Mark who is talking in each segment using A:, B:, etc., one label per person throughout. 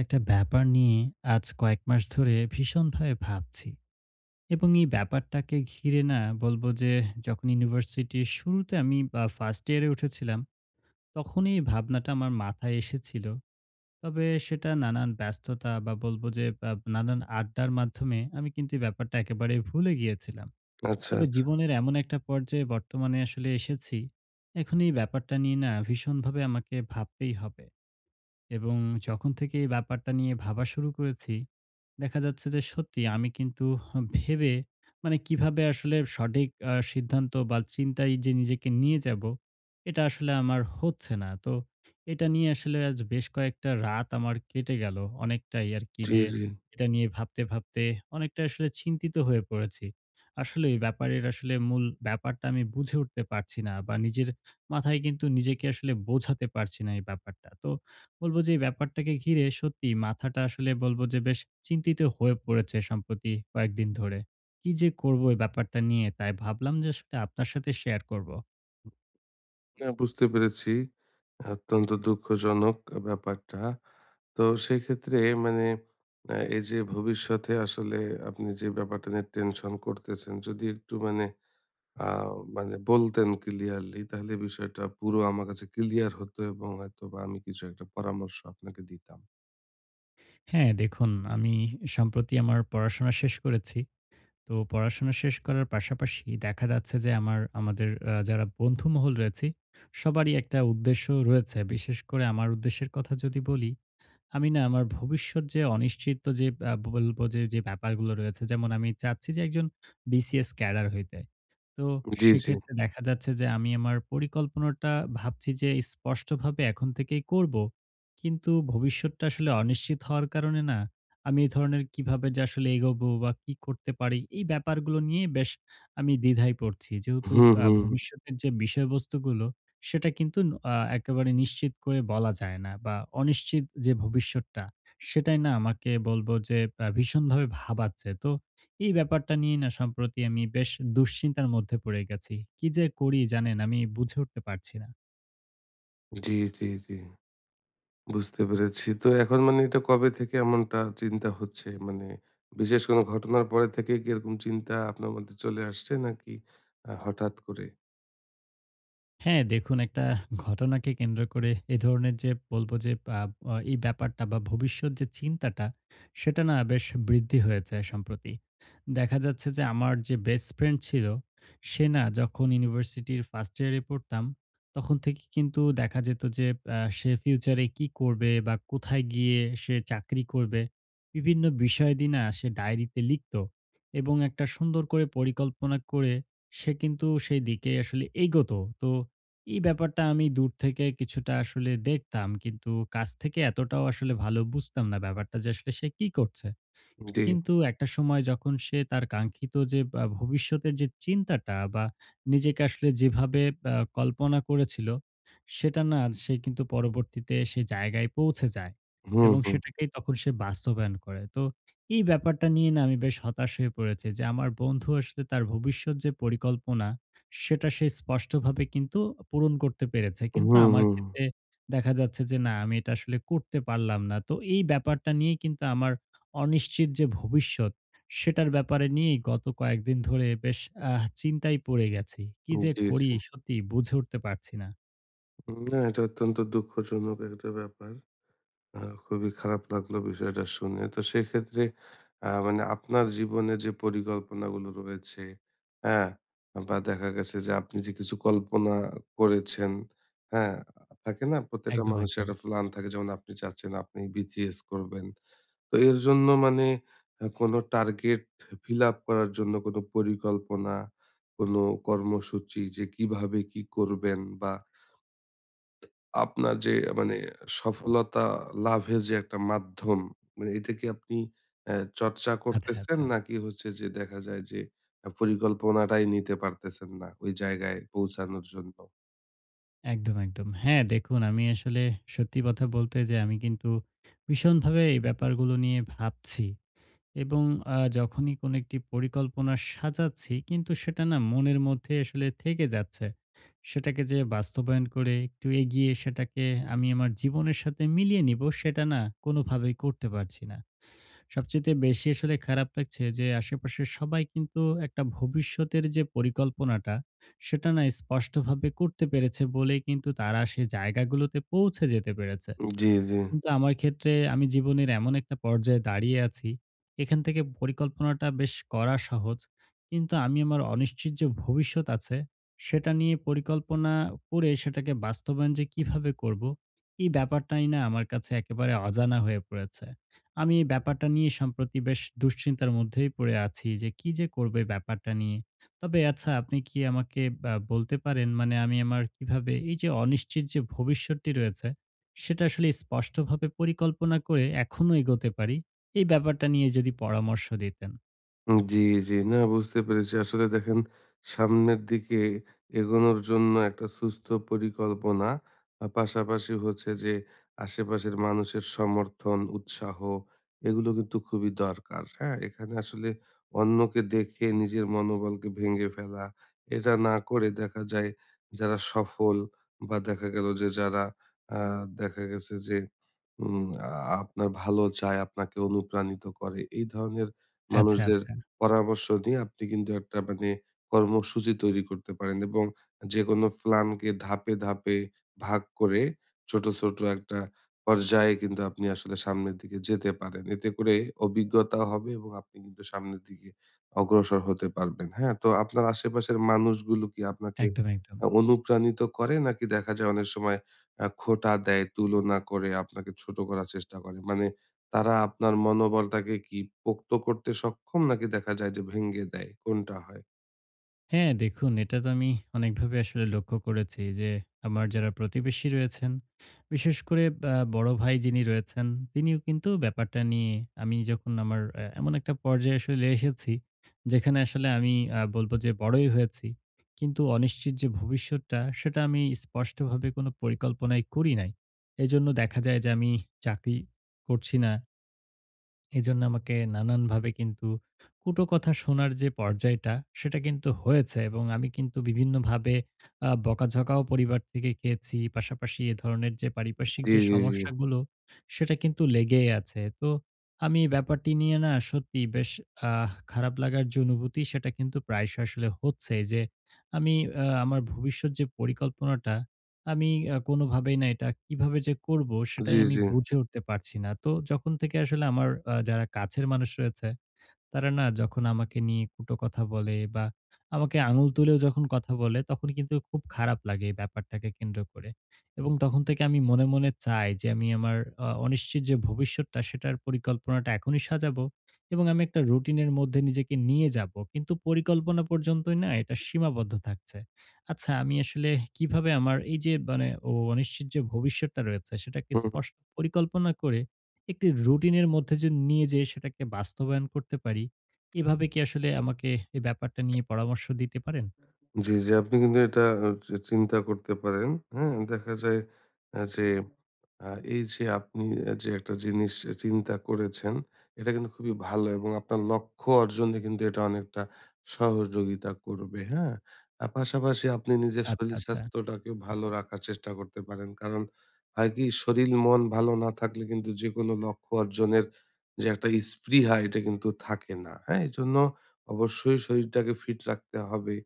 A: একটা ব্যাপার নিয়ে আজ কয়েক মাস ধরে ভীষণভাবে ভাবছি। এবং এই ব্যাপারটাকে ঘিরে না বলবো যে, যখন ইউনিভার্সিটির শুরুতে আমি ফার্স্ট ইয়ারে উঠেছিলাম, তখনই এই ভাবনাটা আমার মাথায় এসেছিল। তবে সেটা নানান ব্যস্ততা বা বলবো যে নানান আড্ডার মাধ্যমে আমি কিন্তু এই ব্যাপারটা একেবারে ভুলে গিয়েছিলাম।
B: আচ্ছা,
A: তবে
B: আচ্ছা।
A: জীবনের এমন একটা পর্যায়ে বর্তমানে আসলে এসেছি, এখন এই ব্যাপারটা নিয়ে না ভীষণভাবে আমাকে ভাবতেই হবে। এবং যখন থেকে এই ব্যাপারটা নিয়ে ভাবা শুরু করেছি, দেখা যাচ্ছে যে সত্যি আমি কিন্তু ভেবে মানে কিভাবে আসলে সঠিক সিদ্ধান্ত বা চিন্তায় যে নিজেকে নিয়ে যাবো, এটা আসলে আমার হচ্ছে না। তো এটা নিয়ে আসলে আজ বেশ কয়েকটা রাত আমার কেটে গেল। অনেকটাই আরকি
B: হুম। জি,
A: যে
B: জি।
A: এটা নিয়ে ভাবতে, ভাবতে অনেকটা আসলে চিন্তিত হয়ে পড়েছি। আসলে এই ব্যাপারের আসলে মূল ব্যাপারটা আমি বুঝে উঠতে পারছি না, বা নিজের মাথায় কিন্তু নিজেকে আসলে বোঝাতে পারছি না এই ব্যাপারটা। তো বলব যে এই ব্যাপারটাকে ঘিরে সত্যি মাথাটা আসলে বলব যে বেশ চিন্তিত হয়ে পড়েছে সম্প্রতি কয়েকদিন ধরে। কি যে করব এই ব্যাপারটা নিয়ে? তাই ভাবলাম যে আসলে আপনার সাথে শেয়ার করব।
B: না বুঝতে পেরেছি। অত্যন্ত দুঃখজনক ব্যাপারটা। তো সেক্ষেত্রে মানে আ এই যে ভবিষ্যতে আসলে আপনি যে ব্যাপারটা নিয়ে টেনশন করতেছেন, যদি একটু আ মানে বলতেন ক্লিয়ারলি তাহলে বিষয়টা পুরো আমার কাছে ক্লিয়ার হতো এবং হয়তোবা আমি কিছু একটা পরামর্শ আপনাকে দিতাম।
A: হ্যাঁ, দেখুন আমি সম্প্রতি আমার পড়াশোনা শেষ করেছি। তো পড়াশোনা শেষ করার পাশাপাশি দেখা যাচ্ছে যে আমার আমাদের যারা বন্ধুমহল রয়েছি, সবারই একটা উদ্দেশ্য রয়েছে। বিশেষ করে আমার উদ্দেশ্যের কথা যদি বলি, আমি না আমার ভবিষ্যৎ যে অনিশ্চিত যে বলব যে, যে ব্যাপারগুলো রয়েছে, যেমন আমি চাচ্ছি যে একজন বিসিএস ক্যাডার হইতে। তো
B: জি, জি।
A: সেক্ষেত্রে দেখা যাচ্ছে যে আমি আমার পরিকল্পনাটা ভাবছি যে স্পষ্টভাবে এখন থেকেই করব। কিন্তু ভবিষ্যৎটা আসলে অনিশ্চিত হওয়ার কারণে না আমি এই ধরনের কিভাবে যে আসলে এগোবো বা কি করতে পারি, এই ব্যাপারগুলো নিয়ে বেশ আমি দ্বিধায় পড়ছি। যেহেতু
B: হুম, হুম। হুম।
A: ভবিষ্যতের যে বিষয়বস্তুগুলো, সেটা কিন্তু ন আ একেবারে নিশ্চিত করে বলা যায় না, বা অনিশ্চিত যে ভবিষ্যৎটা, সেটাই না আমাকে বলব যে ভীষণভাবে ভাবাচ্ছে। তো এই ব্যাপারটা নিয়ে না সম্প্রতি আমি বেশ দুশ্চিন্তার মধ্যে পড়ে গেছি। কি যে করি জানেন, আমি বুঝে উঠতে পারছি না।
B: জি, জি, জি। বুঝতে পেরেছি। তো এখন মানে এটা কবে থেকে এমনটা চিন্তা হচ্ছে? মানে বিশেষ কোনো ঘটনার পরে থেকে কি এরকম চিন্তা আপনার মধ্যে চলে আসছে নাকি হঠাৎ করে?
A: হ্যাঁ, দেখুন একটা ঘটনাকে কেন্দ্র করে এ ধরনের যে বলবো যে, আ আ এই ব্যাপারটা বা ভবিষ্যৎ যে চিন্তাটা, সেটা না বেশ বৃদ্ধি হয়েছে সম্প্রতি। দেখা যাচ্ছে যে আমার যে বেস্ট ফ্রেন্ড ছিল, সে না যখন ইউনিভার্সিটির 1st ইয়ারে পড়তাম, তখন থেকে কিন্তু দেখা যেত যে সে ফিউচারে কি করবে বা কোথায় গিয়ে সে চাকরি করবে, বিভিন্ন বিষয়াদি না সে ডায়েরিতে লিখত এবং একটা সুন্দর করে পরিকল্পনা করে সে কিন্তু সেই দিকে আসলে এগোতো। তো এই ব্যাপারটা আমি দূর থেকে কিছুটা আসলে দেখতাম। কিন্তু কাছ থেকে এতটাও আসলে ভালো বুঝতাম না ব্যাপারটা যে আসলে সে কি করছে।
B: জি।
A: কিন্তু একটা সময় যখন সে তার কাঙ্ক্ষিত যে বা ভবিষ্যতের যে চিন্তাটা বা নিজেকে আসলে যেভাবে কল্পনা করেছিল, সেটা না সে কিন্তু পরবর্তীতে সে জায়গায় পৌঁছে যায়
B: হুম,
A: এবং
B: হুম।
A: সেটাকেই তখন সে বাস্তবায়ন করে। তো এই ব্যাপারটা নিয়ে না আমি বেশ হতাশ হয়ে পড়েছি যে আমার বন্ধু আসলে তার ভবিষ্যৎ যে পরিকল্পনা, সেটা সে স্পষ্টভাবে কিন্তু পূরণ করতে পেরেছে। কিন্তু
B: হুম,
A: আমার
B: হুম।
A: ক্ষেত্রে দেখা যাচ্ছে যে না আমি এটা আসলে করতে পারলাম না। তো এই ব্যাপারটা নিয়ে কিন্তু আমার অনিশ্চিত যে ভবিষ্যৎ, সেটার ব্যাপারে নিয়েই গত কয়েকদিন ধরে বেশ চিন্তায় পড়ে গেছি। কি যে
B: জি,
A: করি
B: জি।
A: সত্যি বুঝে উঠতে পারছি না।
B: না এটা অত্যন্ত দুঃখজনক একটা ব্যাপার। খুবই খারাপ লাগলো বিষয়টা শুনে। তো সেক্ষেত্রে মানে আপনার জীবনে যে পরিকল্পনাগুলো রয়েছে, হ্যাঁ? বা দেখা গেছে যে আপনি যে কিছু কল্পনা করেছেন, হ্যাঁ? থাকে না? প্রত্যেকটা
A: একদম,
B: মানুষের
A: একদম।
B: একটা প্ল্যান থাকে। যেমন আপনি চাচ্ছেন আপনি BTS করবেন। তো এর জন্য মানে কোনো টার্গেট ফিল আপ করার জন্য কোনো পরিকল্পনা, কোনো কর্মসূচি যে কিভাবে কি করবেন বা আপনার যে মানে সফলতা লাভের যে একটা মাধ্যম, মানে এটা কি আপনি অ্যা চর্চা
A: আচ্ছা,
B: করতেছেন?
A: আচ্ছা।
B: নাকি হচ্ছে যে দেখা যায় যে পরিকল্পনাটাই নিতে পারতেছেন না ওই জায়গায় পৌঁছানোর জন্য?
A: একদম, একদম। হ্যাঁ, দেখুন আমি আসলে সত্যি কথা বলতে যে আমি কিন্তু ভীষণভাবে এই ব্যাপারগুলো নিয়ে ভাবছি। এবং যখনই কোনো একটি পরিকল্পনা সাজাচ্ছি, কিন্তু সেটা না মনের মধ্যে আসলে থেকে যাচ্ছে। সেটাকে যে বাস্তবায়ন করে একটু এগিয়ে সেটাকে আমি আমার জীবনের সাথে মিলিয়ে নিব, সেটা না কোনোভাবেই করতে পারছি না। সবচাইতে বেশি আসলে খারাপ লাগছে যে আশেপাশের সবাই কিন্তু একটা ভবিষ্যতের যে পরিকল্পনাটা সেটা না স্পষ্টভাবে করতে পেরেছে বলেই কিন্তু তারা সে জায়গাগুলোতে পৌঁছে যেতে পেরেছে।
B: জি, জি।
A: কিন্তু আমার ক্ষেত্রে আমি জীবনের এমন একটা পর্যায়ে দাঁড়িয়ে আছি, এখান থেকে পরিকল্পনাটা বেশ করা সহজ। কিন্তু আমি আমার অনিশ্চিত যে ভবিষ্যৎ আছে, সেটা নিয়ে পরিকল্পনা করে সেটাকে বাস্তবায়ন যে কিভাবে করব, এই ব্যাপারটাই না আমার কাছে একেবারে অজানা হয়ে পড়েছে। আমি এই ব্যাপারটা নিয়ে সম্প্রতি বেশ দুশ্চিন্তার মধ্যেই পড়ে আছি যে কি যে করব এই ব্যাপারটা নিয়ে। তবে আচ্ছা, আপনি কি আমাকে বা বলতে পারেন মানে আমি আমার কিভাবে এই যে অনিশ্চিত যে ভবিষ্যৎটি রয়েছে, সেটা আসলে স্পষ্টভাবে পরিকল্পনা করে এখনো এগোতে পারি? এই ব্যাপারটা নিয়ে যদি পরামর্শ দিতেন।
B: জি, জি। না বুঝতে পেরেছি। আসলে দেখেন সামনের দিকে এগোনোর জন্য একটা সুস্থ পরিকল্পনা, পাশাপাশি হচ্ছে যে আশেপাশের মানুষের সমর্থন, উৎসাহ এগুলো কিন্তু খুবই দরকার। হ্যাঁ? এখানে আসলে অন্যকে দেখে নিজের মনোবলকে ভেঙে ফেলা, এটা না করে দেখা যায় যারা সফল বা দেখা গেল যে যারা আ দেখা গেছে যে উম আ আপনার ভালো চায়, আপনাকে অনুপ্রাণিত করে এই ধরনের
A: আচ্ছা,
B: মানুষদের
A: আচ্ছা।
B: পরামর্শ নিয়ে আপনি কিন্তু একটা মানে কর্মসূচি তৈরি করতে পারেন এবং যেকোনো প্ল্যানকে ধাপে ধাপে ভাগ করে ছোট, ছোট একটা পর্যায়ে কিন্তু আপনি আসলে সামনের দিকে যেতে পারেন। এতে করে অভিজ্ঞতা হবে এবং আপনি কিন্তু সামনের দিকে অগ্রসর হতে পারবেন। হ্যাঁ? তো আপনার আশেপাশের মানুষগুলো কি আপনাকে
A: একদম, একদম।
B: অনুপ্রাণিত করে নাকি দেখা যায় অনেক সময় খোঁটা দেয়, তুলনা করে আপনাকে ছোট করার চেষ্টা করে? মানে তারা আপনার মনোবলটাকে কি পোক্ত করতে সক্ষম নাকি দেখা যায় যে ভেঙে দেয়? কোনটা হয়?
A: হ্যাঁ, দেখুন এটা তো আমি অনেকভাবে আসলে লক্ষ্য করেছি যে, আমার যারা প্রতিবেশী রয়েছেন, বিশেষ করে বড় ভাই যিনি রয়েছেন, তিনিও কিন্তু ব্যাপারটা নিয়ে, আমি যখন আমার এমন একটা পর্যায়ে আসলে এসেছি, যেখানে আসলে আমি বলব যে বড়ই হয়েছি। কিন্তু অনিশ্চিত যে ভবিষ্যৎটা, সেটা আমি স্পষ্টভাবে কোনো পরিকল্পনাই করি নাই। এজন্য দেখা যায় যে আমি চাকরি করছি না। এজন্য আমাকে নানানভাবে কিন্তু কটু কথা শোনার যে পর্যায়টা, সেটা কিন্তু হয়েছে এবং আমি কিন্তু বিভিন্নভাবে বকাঝকাও পরিবার থেকে খেয়েছি। পাশাপাশি এ ধরনের যে পারিপার্শ্বিক
B: জি,
A: যে
B: জি, জি।
A: সমস্যাগুলো, সেটা কিন্তু লেগেই আছে। তো আমি এই ব্যাপারটি নিয়ে না সত্যিই বেশ খারাপ লাগার যে অনুভূতি, সেটা কিন্তু প্রায়শই আসলে হচ্ছে যে, আমি আমার ভবিষ্যৎ যে পরিকল্পনাটা, আমি কোনোভাবেই না এটা কিভাবে যে করব
B: জি,
A: সেটাই আমি
B: জি।
A: বুঝে উঠতে পারছি না। তো যখন থেকে আসলে আমার যারা কাছের মানুষ রয়েছে, তারা না যখন আমাকে নিয়ে কুটো কথা বলে বা আমাকে আঙুল তুলেও যখন কথা বলে, তখন কিন্তু খুব খারাপ লাগে এই ব্যাপারটাকে কেন্দ্র করে। এবং তখন থেকে আমি মনে, মনে চাই যে আমি আমার অনিশ্চিত যে ভবিষ্যৎটা সেটার পরিকল্পনাটা এখনই সাজাবো এবং আমি একটা রুটিনের মধ্যে নিজেকে নিয়ে যাবো। কিন্তু পরিকল্পনা পর্যন্তই না এটা সীমাবদ্ধ থাকছে। আচ্ছা, আমি আসলে কিভাবে আমার এই যে মানে অনিশ্চিত যে ভবিষ্যৎটা রয়েছে সেটাকে
B: হুম।
A: স্পষ্ট পরিকল্পনা করে একটি রুটিনের মধ্যে যদি নিয়ে যেয়ে সেটাকে বাস্তবায়ন করতে পারি, এভাবে কি আসলে আমাকে এই ব্যাপারটা নিয়ে পরামর্শ দিতে পারেন?
B: জি, জি। আপনি কিন্তু এটা অ চি চিন্তা করতে পারেন। হ্যাঁ? দেখা যায় আ যে আ এই যে আপনি যে একটা জিনিস চিন্তা করেছেন, এটা কিন্তু খুবই ভালো এবং আপনার লক্ষ্য অর্জনে কিন্তু এটা অনেকটা সহযোগিতা করবে। হ্যাঁ? আর পাশাপাশি আপনি নিজের
A: আচ্ছা,
B: শরীর
A: আচ্ছা।
B: স্বাস্থ্যটাকে ভালো রাখার চেষ্টা করতে পারেন। কারণ হয় কি শরীল মন ভালো না থাকলে কিন্তু যেকোনো লক্ষ্য অর্জনের যে একটা স্পৃহা এটা কিন্তু থাকে না। হ্যাঁ? এজন্য অবশ্যই শরীরটাকে ফিট রাখতে হবে।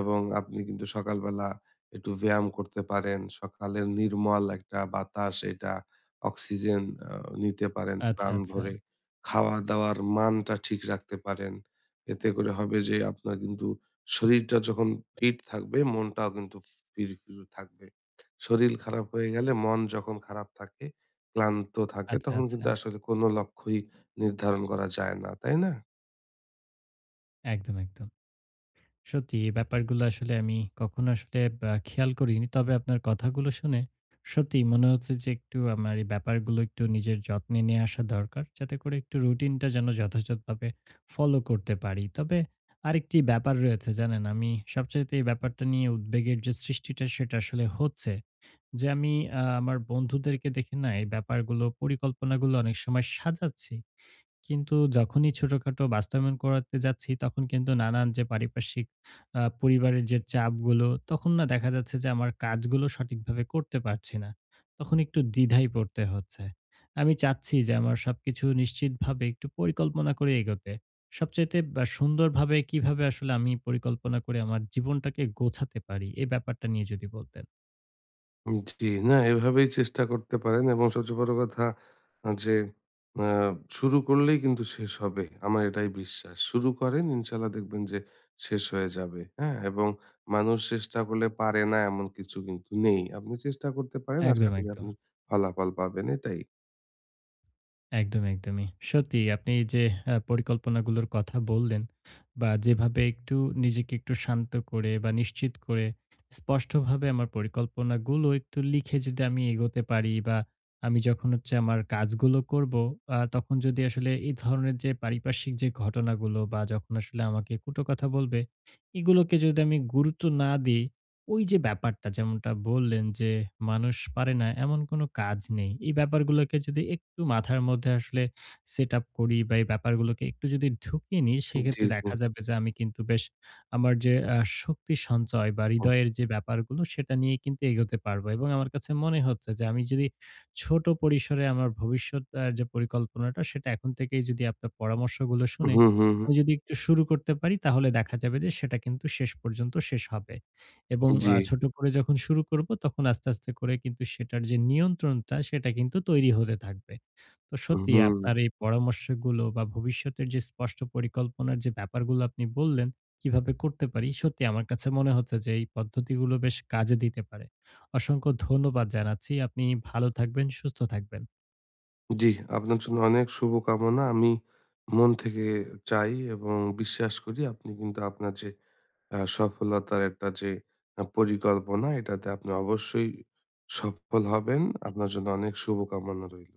B: এবং আপনি কিন্তু সকালবেলা একটু ব্যায়াম করতে পারেন। সকালের নির্মল একটা বাতাস এটা অক্সিজেন আ নিতে পারেন
A: আচ্ছা,
B: প্রাণ
A: আচ্ছা।
B: ভরে। খাওয়া-দাওয়ার মানটা ঠিক রাখতে পারেন। এতে করে হবে যে আপনার কিন্তু শরীরটা যখন ফিট থাকবে, মনটাও কিন্তু ফিরফিরে থাকবে। শরীর খারাপ হয়ে গেলে মন যখন খারাপ থাকে, ক্লান্ত থাকে
A: আচ্ছা,
B: তখন
A: আচ্ছা।
B: কিন্তু আসলে কোন লক্ষ্যই নির্ধারণ করা যায় না, তাই না?
A: একদম, একদম। সত্যি এই ব্যাপারগুলো আসলে আমি কখনো আসলে খেয়াল করিনি। তবে আপনার কথাগুলো শুনে সত্যিই মনে হচ্ছে যে একটু আমার এই ব্যাপারগুলো একটু নিজের যত্নে নিয়ে আসা দরকার। যাতে করে একটু রুটিনটা যেন যথাযথভাবে ফলো করতে পারি। তবে আরেকটি ব্যাপার রয়েছে জানেন, আমি সবচাইতে এই ব্যাপারটা নিয়ে উদ্বেগের যে সৃষ্টিটা, সেটা আসলে হচ্ছে। যে আমি আমার বন্ধুদেরকে দেখে না এই ব্যাপারগুলো পরিকল্পনাগুলো অনেক সময় সাজাচ্ছি। কিন্তু যখনই ছোটখাটো বাস্তবায়ন করাতে যাচ্ছি, তখন কিন্তু নানান যে পারিপার্শ্বিক পরিবারের যে চাপগুলো, তখন না দেখা যাচ্ছে যে আমার কাজগুলো সঠিকভাবে করতে পারছি না। তখন একটু দ্বিধায় পড়তে হচ্ছে। আমি চাচ্ছি যে আমার সবকিছু নিশ্চিতভাবে একটু পরিকল্পনা করে এগোতে। সবচাইতে বা সুন্দরভাবে কিভাবে আসলে আমি পরিকল্পনা করে আমার জীবনটাকে গোছাতে পারি? এই ব্যাপারটা নিয়ে যদি বলতেন।
B: জি, না এভাবেই চেষ্টা করতে পারেন এবং সবচেয়ে বড় কথা আ যে আ শুরু করলেই কিন্তু শেষ হবে। আমার এটাই বিশ্বাস। শুরু করেন ইনশাআল্লাহ দেখবেন যে শেষ হয়ে যাবে। হ্যাঁ? এবং মানুষ চেষ্টা করলে পারে না এমন কিছু কিন্তু নেই। আপনি চেষ্টা করতে পারেন। আশা
A: একদম,
B: করি
A: একদম।
B: আপনি ফলাফল পাবেন এটাই।
A: একদম, একদমই। সত্যিই আপনি যে পরিকল্পনাগুলোর কথা বললেন বা যেভাবে একটু নিজেকে একটু শান্ত করে বা নিশ্চিত করে স্পষ্টভাবে আমার পরিকল্পনাগুলো একটু লিখে যদি আমি এগোতে পারি, বা আমি যখন হচ্ছে আমার কাজগুলো করব, তখন যদি আসলে এই ধরনের যে পারিপার্শ্বিক যে ঘটনাগুলো বা যখন আসলে আমাকে কটু কথা বলবে, এগুলোকে যদি আমি গুরুত্ব না দিই, ওই যে ব্যাপারটা যেমনটা বললেন যে, মানুষ পারে না এমন কোনো কাজ নেই। এই ব্যাপারগুলোকে যদি একটু মাথার মধ্যে আসলে সেট আপ করি বা এই ব্যাপারগুলোকে একটু যদি ঢুকিয়ে নিই,
B: জি,
A: সেক্ষেত্রে
B: জি।
A: দেখা যাবে যে আমি কিন্তু বেশ আমার যে শক্তি সঞ্চয় বা হৃদয়ের যে ব্যাপারগুলো সেটা নিয়ে কিন্তু এগোতে পারবো। এবং আমার কাছে মনে হচ্ছে যে আমি যদি ছোট পরিসরে আমার ভবিষ্যৎ যে পরিকল্পনাটা সেটা এখন থেকেই যদি আপনার পরামর্শগুলো শুনে
B: হুম, হুম, হুম।
A: আমি যদি একটু শুরু করতে পারি, তাহলে দেখা যাবে যে সেটা কিন্তু শেষ পর্যন্ত শেষ হবে। এবং
B: জি,
A: ছোট করে যখন শুরু করব তখন আস্তে, আস্তে করে কিন্তু সেটার যে নিয়ন্ত্রণটা সেটা কিন্তু তৈরি হতে থাকবে। তো সত্যি
B: হুম।
A: আপনার এই পরামর্শগুলো বা ভবিষ্যতের যে স্পষ্ট পরিকল্পনার যে ব্যাপারগুলো আপনি বললেন, কিভাবে করতে পারি, সত্যি আমার কাছে মনে হচ্ছে যে এই পদ্ধতিগুলো বেশ কাজে দিতে পারে। অসংখ্য ধন্যবাদ জানাচ্ছি। আপনি ভালো থাকবেন, সুস্থ থাকবেন।
B: জি, আপনার জন্য অনেক শুভকামনা। আমি মন থেকে চাই এবং বিশ্বাস করি আপনি কিন্তু আপনার যে সফলতার একটা যে পরিকল্পনা এটাতে আপনি অবশ্যই সফল হবেন। আপনার জন্য অনেক শুভকামনা রইল।